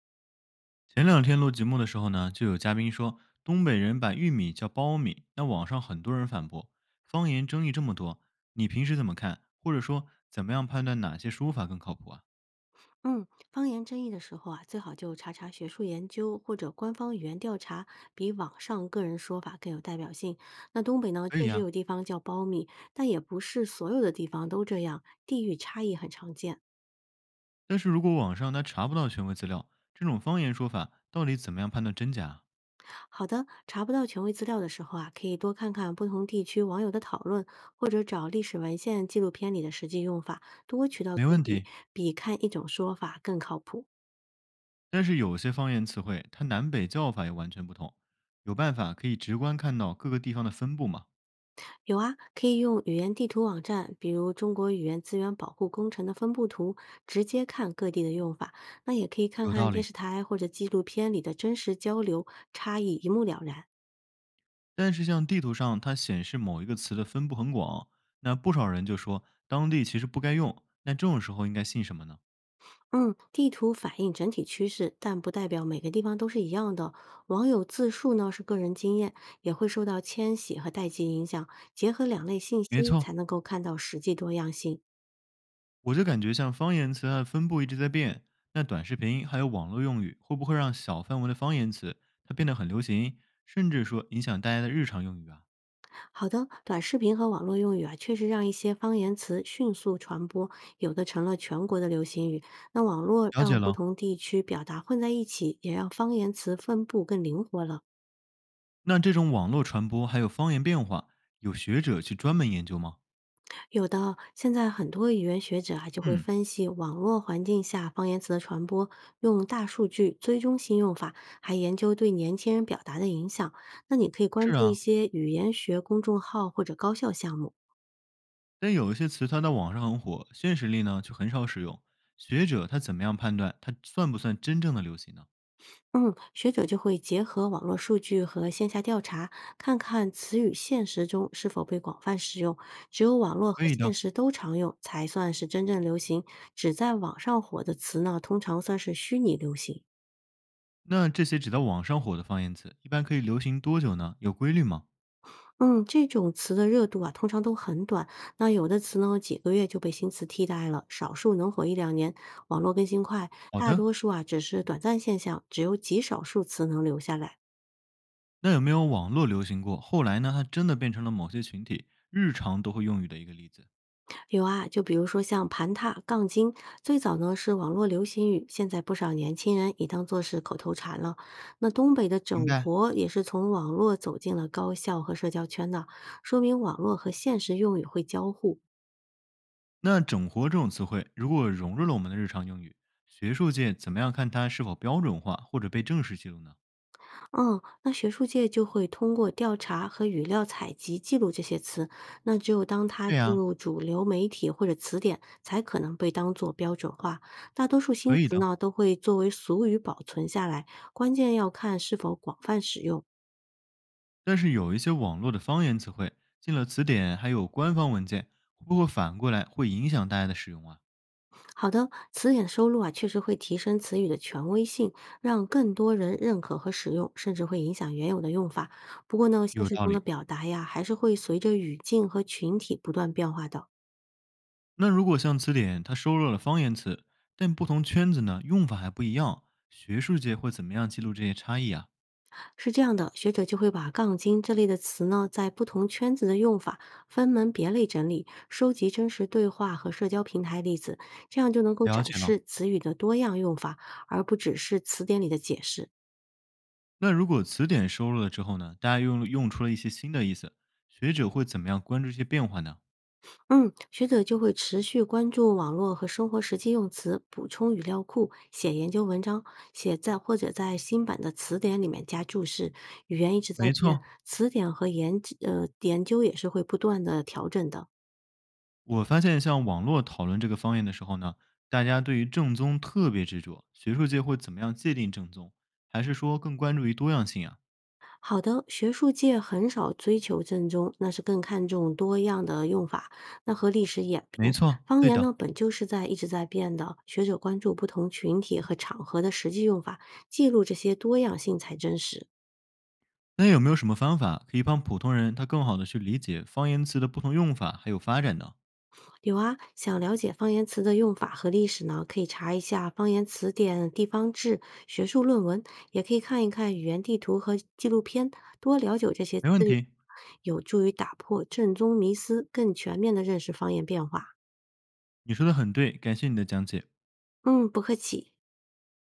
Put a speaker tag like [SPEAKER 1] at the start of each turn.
[SPEAKER 1] 前两天录节目的时候呢，就有嘉宾说东北人把玉米叫苞米，那网上很多人反驳，方言争议这么多，你平时怎么看？或者说怎么样判断哪些说法更靠谱啊？
[SPEAKER 2] 嗯，方言争议的时候啊，最好就查查学术研究或者官方语言调查，比网上个人说法更有代表性。那东北呢，
[SPEAKER 1] 可以
[SPEAKER 2] 确实
[SPEAKER 1] 呀、
[SPEAKER 2] 有地方叫苞米，但也不是所有的地方都这样，地域差异很常见。
[SPEAKER 1] 但是如果网上他查不到权威资料，这种方言说法到底怎么样判断真假啊
[SPEAKER 2] 好的，查不到权威资料的时候啊，可以多看看不同地区网友的讨论，或者找历史文献、纪录片里的实际用法，多渠道
[SPEAKER 1] 没
[SPEAKER 2] 对
[SPEAKER 1] 问
[SPEAKER 2] 比，
[SPEAKER 1] 题，
[SPEAKER 2] 比看一种说法更靠谱。
[SPEAKER 1] 但是有些方言词汇它南北叫法也完全不同，有办法可以直观看到各个地方的分布吗？
[SPEAKER 2] 有啊，可以用语言地图网站，比如中国语言资源保护工程的分布图，直接看各地的用法。那也可以看
[SPEAKER 1] 有
[SPEAKER 2] 看
[SPEAKER 1] 道
[SPEAKER 2] 电
[SPEAKER 1] 理。
[SPEAKER 2] 视台或者纪录片里的真实交流，差异一目了然。
[SPEAKER 1] 但是像地图上它显示某一个词的分布很广，那不少人就说当地其实不该用，那这种时候应该信什么呢？
[SPEAKER 2] 嗯，地图反映整体趋势，但不代表每个地方都是一样的。网友自述呢是个人经验，也会受到迁徙和代际影响，结合两类信
[SPEAKER 1] 没
[SPEAKER 2] 息
[SPEAKER 1] 错，
[SPEAKER 2] 才能够看到实际多样性。
[SPEAKER 1] 我就感觉像方言词它的分布一直在变，那短视频还有网络用语会不会让小范围的方言词它变得很流行，甚至说影响大家的日常用语啊？
[SPEAKER 2] 好的，短视频和网络用语啊，确实让一些方言词迅速传播，有的成了全国的流行语。那网络
[SPEAKER 1] 了解
[SPEAKER 2] 让不
[SPEAKER 1] 了，
[SPEAKER 2] 同地区表达混在一起，也让方言词分布更灵活了。
[SPEAKER 1] 那这种网络传播还有方言变化，有学者去专门研究吗？
[SPEAKER 2] 有的现在很多语言学者啊，就会
[SPEAKER 1] 嗯，
[SPEAKER 2] 分析网络环境下方言词的传播，用大数据追踪新用法，还研究对年轻人表达的影响。那你可以关
[SPEAKER 1] 是
[SPEAKER 2] 注一
[SPEAKER 1] 啊，
[SPEAKER 2] 些语言学公众号或者高校项目。
[SPEAKER 1] 但有一些词它在网上很火，现实里呢却很少使用。学者他怎么样判断它算不算真正的流行呢？
[SPEAKER 2] 嗯，学者就会结合网络数据和线下调查，看看词语现实中是否被广泛使用。只有网络和
[SPEAKER 1] 可以
[SPEAKER 2] 现
[SPEAKER 1] 的。
[SPEAKER 2] 实都常用，才算是真正流行。只在网上火的词呢，通常算是虚拟流行。
[SPEAKER 1] 那这些只在网上火的方言词，一般可以流行多久呢？有规律吗？
[SPEAKER 2] 嗯，这种词的热度啊，通常都很短。那有的词呢，几个月就被新词替代了，少数能火一两年。网络更新快，
[SPEAKER 1] 好
[SPEAKER 2] 大
[SPEAKER 1] 的，
[SPEAKER 2] 多数啊只是短暂现象，只有极少数词能留下来。
[SPEAKER 1] 那有没有网络流行过，后来呢，它真的变成了某些群体日常都会用语的一个例子？
[SPEAKER 2] 有啊，就比如说像盘踏、杠精，最早呢是网络流行语，现在不少年轻人也当做是口头禅了。那东北的
[SPEAKER 1] 明
[SPEAKER 2] 整
[SPEAKER 1] 白。
[SPEAKER 2] 活也是从网络走进了高校和社交圈的，说明网络和现实用语会交互。
[SPEAKER 1] 那整活这种词汇，如果融入了我们的日常用语，学术界怎么样看它是否标准化或者被正式记录呢？
[SPEAKER 2] 嗯，那学术界就会通过调查和语料采集记录这些词，那只有当它
[SPEAKER 1] 对
[SPEAKER 2] 进
[SPEAKER 1] 呀、
[SPEAKER 2] 入主流媒体或者词典，才可能被当作标准化。大多数新
[SPEAKER 1] 可以
[SPEAKER 2] 词
[SPEAKER 1] 的。
[SPEAKER 2] 呢都会作为俗语保存下来，关键要看是否广泛使用。
[SPEAKER 1] 但是有一些网络的方言词汇进了词典，还有官方文件，会不会反过来会影响大家的使用啊？
[SPEAKER 2] 好的，词典收录啊，确实会提升词语的权威性，让更多人认可和使用，甚至会影响原有的用法。不过呢，现
[SPEAKER 1] 有
[SPEAKER 2] 实
[SPEAKER 1] 道
[SPEAKER 2] 中的
[SPEAKER 1] 理。
[SPEAKER 2] 表达呀，还是会随着语境和群体不断变化的。
[SPEAKER 1] 那如果像词典它收录了方言词，但不同圈子呢用法还不一样，学术界会怎么样记录这些差异啊？
[SPEAKER 2] 是这样的，学者就会把“杠精”这类的词呢，在不同圈子的用法分门别类整理，收集真实对话和社交平台例子，这样就能够
[SPEAKER 1] 了
[SPEAKER 2] 展
[SPEAKER 1] 解了。
[SPEAKER 2] 示词语的多样用法，而不只是词典里的解释。
[SPEAKER 1] 那如果词典收录了之后呢，大家用出了一些新的意思，学者会怎么样关注这些变化呢？
[SPEAKER 2] 嗯，学者就会持续关注网络和生活实际用词，补充语料库，写研究文章，写在或者在新版的词典里面加注释。语言一直在
[SPEAKER 1] 没
[SPEAKER 2] 变，
[SPEAKER 1] 错，
[SPEAKER 2] 词典和研究也是会不断的调整的。
[SPEAKER 1] 我发现，像网络讨论这个方言的时候呢，大家对于正宗特别执着。学术界会怎么样界定正宗？还是说更关注于多样性啊？
[SPEAKER 2] 好的，学术界很少追求正宗，那是更看重多样的用法，那和历史演
[SPEAKER 1] 没
[SPEAKER 2] 变。
[SPEAKER 1] 错，
[SPEAKER 2] 方
[SPEAKER 1] 对
[SPEAKER 2] 言呢，
[SPEAKER 1] 的。
[SPEAKER 2] 本就是在一直在变的，学者关注不同群体和场合的实际用法，记录这些多样性才真实。
[SPEAKER 1] 那有没有什么方法可以帮普通人他更好的去理解方言词的不同用法还有发展呢？
[SPEAKER 2] 有啊，想了解方言词的用法和历史呢，可以查一下方言词典、地方志、学术论文，也可以看一看语言地图和纪录片，多了解这些资
[SPEAKER 1] 没问
[SPEAKER 2] 源，
[SPEAKER 1] 题，
[SPEAKER 2] 有助于打破正宗迷思，更全面的认识方言变化。
[SPEAKER 1] 你说的很对，感谢你的讲解。
[SPEAKER 2] 嗯，不客气。